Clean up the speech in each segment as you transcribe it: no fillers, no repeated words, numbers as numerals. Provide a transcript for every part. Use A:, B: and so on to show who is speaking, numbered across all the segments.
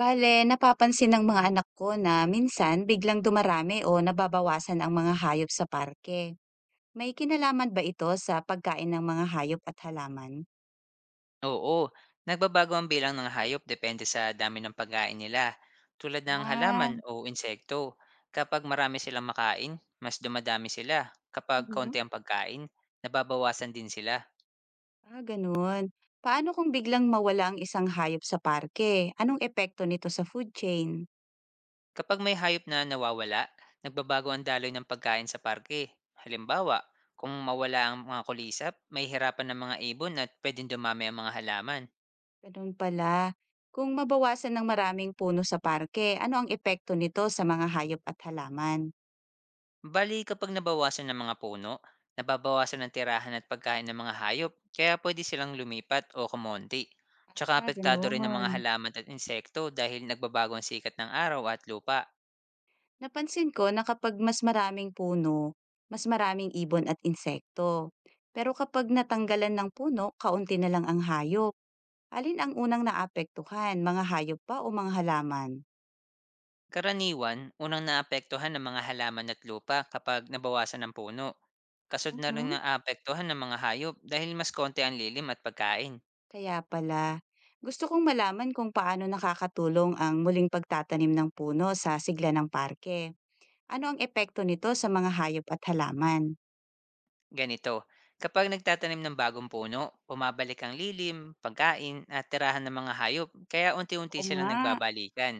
A: Bale, napapansin ng mga anak ko na minsan biglang dumarami o nababawasan ang mga hayop sa parke. May kinalaman ba ito sa pagkain ng mga hayop at halaman?
B: Oo, nagbabago ang bilang ng hayop depende sa dami ng pagkain nila, tulad ng
A: Ah,
B: halaman o insekto. Kapag marami silang makain, mas dumadami sila. Kapag kaunti
A: mhm.
B: ang pagkain, nababawasan din sila.
A: Ah, ganun. Paano kung biglang mawala ang isang hayop sa parke? Anong epekto nito sa food chain?
B: Kapag may hayop na nawawala, nagbabago ang daloy ng pagkain sa parke. Halimbawa, kung mawala ang mga kulisap, may hirapan ng mga ibon at pwedeng dumami ang mga halaman.
A: Ganun pala. Kung mabawasan ng maraming puno sa parke, ano ang epekto nito sa mga hayop at halaman?
B: Bali kapag nabawasan ng mga puno, nababawasan ng tirahan at pagkain ng mga hayop kaya pwede silang lumipat o kumonti. Tsaka
A: Ah,
B: apektado rin ng mga
A: ganun.
B: halaman at insekto dahil nagbabago ang sikat ng araw at lupa.
A: Napansin ko na kapag mas maraming puno, mas maraming ibon at insekto. Pero kapag natanggalan ng puno, kaunti na lang ang hayop. Alin ang unang naapektuhan, mga hayop pa o mga halaman?
B: Karaniwan, unang naapektuhan ng mga halaman at lupa kapag nabawasan ng puno. Kasod na rin
A: Mhm.
B: ang apektuhan ng mga hayop dahil mas konti ang lilim at pagkain.
A: Kaya pala, gusto kong malaman kung paano nakakatulong ang muling pagtatanim ng puno sa sigla ng parke. Ano ang epekto nito sa mga hayop at halaman?
B: Ganito, kapag nagtatanim ng bagong puno, pumabalik ang lilim, pagkain, at tirahan ng mga hayop, kaya unti-unti
A: Oo
B: silang
A: nga.
B: nagbabalikan.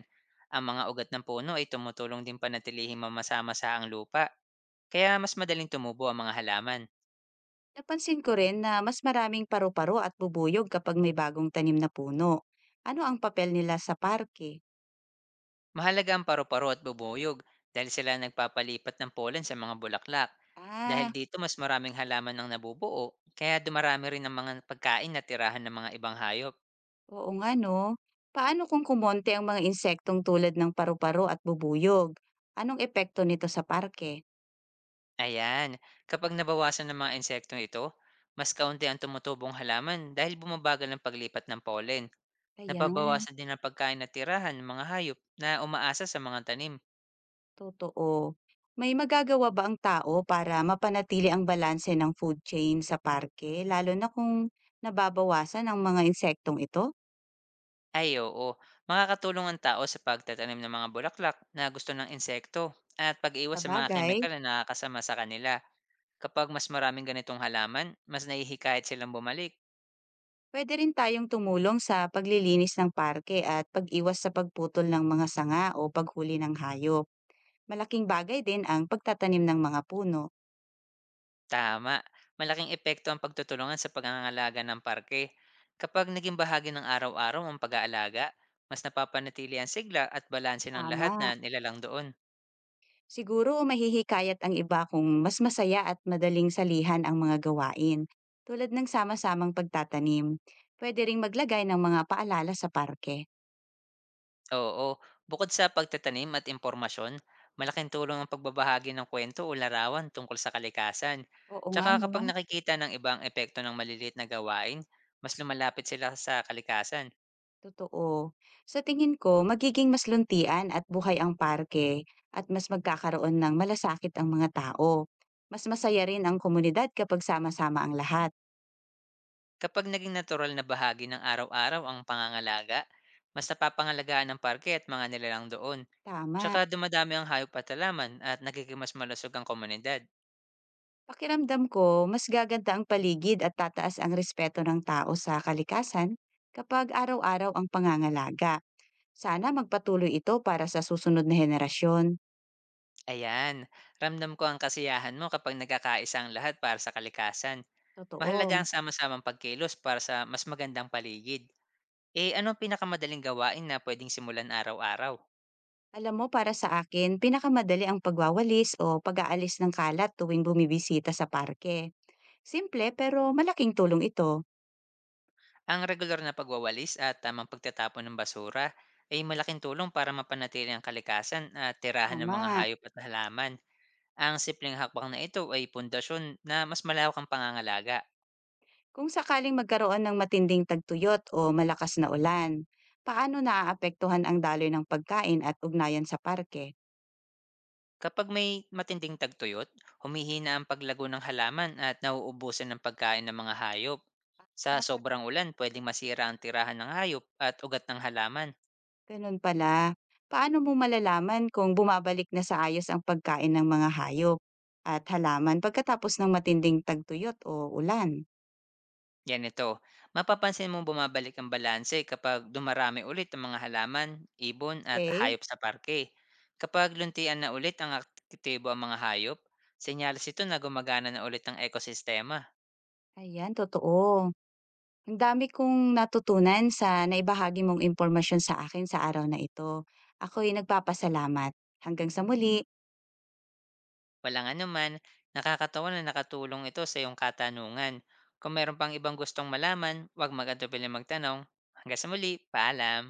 B: Ang mga ugat ng puno ay tumutulong din panatilihing mamasa-masa ang lupa, kaya mas madaling tumubo ang mga halaman.
A: Napansin ko rin na mas maraming paru-paro at bubuyog kapag may bagong tanim na puno. Ano ang papel nila sa parke?
B: Mahalaga ang paru-paro at bubuyog dahil sila ang nagpapalipat ng pollen sa mga bulaklak. Dahil
A: Ah,
B: dito mas maraming halaman ang nabubuo, kaya dumarami rin ang mga pagkain na tirahan ng mga ibang hayop.
A: oo nga no. Paano kung kumonte ang mga insektong tulad ng paru-paro at bubuyog? Anong epekto nito sa parke?
B: Ayan, kapag nabawasan ng mga insektong ito, mas kaunti ang tumutubong halaman dahil bumabagal ang paglipat ng pollen.
A: Ayan,
B: Nababawasan din ang pagkain at tirahan ng mga hayop na umaasa sa mga tanim.
A: totoo. May magagawa ba ang tao para mapanatili ang balanse ng food chain sa parke, lalo na kung nababawasan ang mga insektong ito?
B: Ay oo, makakatulong ang tao sa pagtatanim ng mga bulaklak na gusto ng insekto at pag-iwas sa mga
A: Sabagay.
B: kemikal na nakakasama sa kanila. Kapag mas maraming ganitong halaman, mas nahihikayat silang bumalik.
A: Pwede rin tayong tumulong sa paglilinis ng parke at pag-iwas sa pagputol ng mga sanga o paghuli ng hayop. Malaking bagay din ang pagtatanim ng mga puno.
B: Tama. Malaking epekto ang pagtutulungan sa pangangalaga ng parke. Kapag naging bahagi ng araw-araw ang pag-aalaga, mas napapanatili ang sigla at balanse ng lahat na
A: Tama.
B: nilalang doon.
A: Siguro mahihikayat ang iba kung mas masaya at madaling salihan ang mga gawain. Tulad ng sama-samang pagtatanim. Pwede ring maglagay ng mga paalala sa parke.
B: Oo, bukod sa pagtatanim at impormasyon, malaking tulong ang pagbabahagi ng kwento o larawan tungkol sa kalikasan.
A: Oo nga
B: Tsaka kapag
A: no.
B: nakikita ng ibang epekto ng maliliit na gawain, mas lumalapit sila sa kalikasan.
A: Totoo. Sa tingin ko, magiging mas luntian at buhay ang parke at mas magkakaroon ng malasakit ang mga tao. Mas masaya rin ang komunidad kapag sama-sama ang lahat.
B: Kapag naging natural na bahagi ng araw-araw ang pangangalaga, mas napapangalagaan ng parke at mga nilalang doon. Tsaka
A: Tama.
B: dumadami ang hayop at halaman at nagiging mas malusog ang komunidad.
A: Pakiramdam ko, mas gaganda ang paligid at tataas ang respeto ng tao sa kalikasan kapag araw-araw ang pangangalaga. Sana magpatuloy ito para sa susunod na henerasyon.
B: Ayan, ramdam ko ang kasiyahan mo kapag nagkakaisa ang lahat para sa kalikasan. Mahalaga
A: Totoo.
B: ang sama-samang pagkilos para sa mas magandang paligid. Eh, anong pinakamadaling gawain na pwedeng simulan araw-araw?
A: Alam mo, para sa akin, pinakamadali ang pagwawalis o pag-aalis ng kalat tuwing bumibisita sa parke. Simple pero malaking tulong ito.
B: Ang regular na pagwawalis at tamang pagtatapon ng basura ay malaking tulong para mapanatili ang kalikasan at tirahan ng mga
A: Tama.
B: hayop at halaman. Ang simpleng hakbang na ito ay pundasyon na mas malawak ang pangangalaga.
A: Kung sakaling magkaroon ng matinding tagtuyot o malakas na ulan, paano naaapektuhan ang daloy ng pagkain at ugnayan sa parke?
B: Kapag may matinding tagtuyot, humihina ang paglago ng halaman at nauubusan ng pagkain ng mga hayop. Sa
A: Ah,
B: sobrang ulan, pwedeng masira ang tirahan ng hayop at ugat ng halaman,
A: ganun pala. Paano mo malalaman kung bumabalik na sa ayos ang pagkain ng mga hayop at halaman pagkatapos ng matinding tagtuyot o ulan?
B: yan. Ganito, mapapansin mong bumabalik ang balanse kapag dumarami ulit ang mga halaman, ibon at
A: Okay?
B: hayop sa parke. Kapag luntian na ulit ang aktibo ang mga hayop, senyales ito na gumagana na ulit ang ekosistema.
A: Ayan, totoo. Ang dami kong natutunan sa naibahagi mong impormasyon sa akin sa araw na ito. Ako'y nagpapasalamat. Hanggang sa muli.
B: Walang anuman, nakakatawa na nakatulong ito sa iyong katanungan. Kung meron pang ibang gustong malaman, huwag mag-atubili magtanong. Hanggang sa muli, paalam!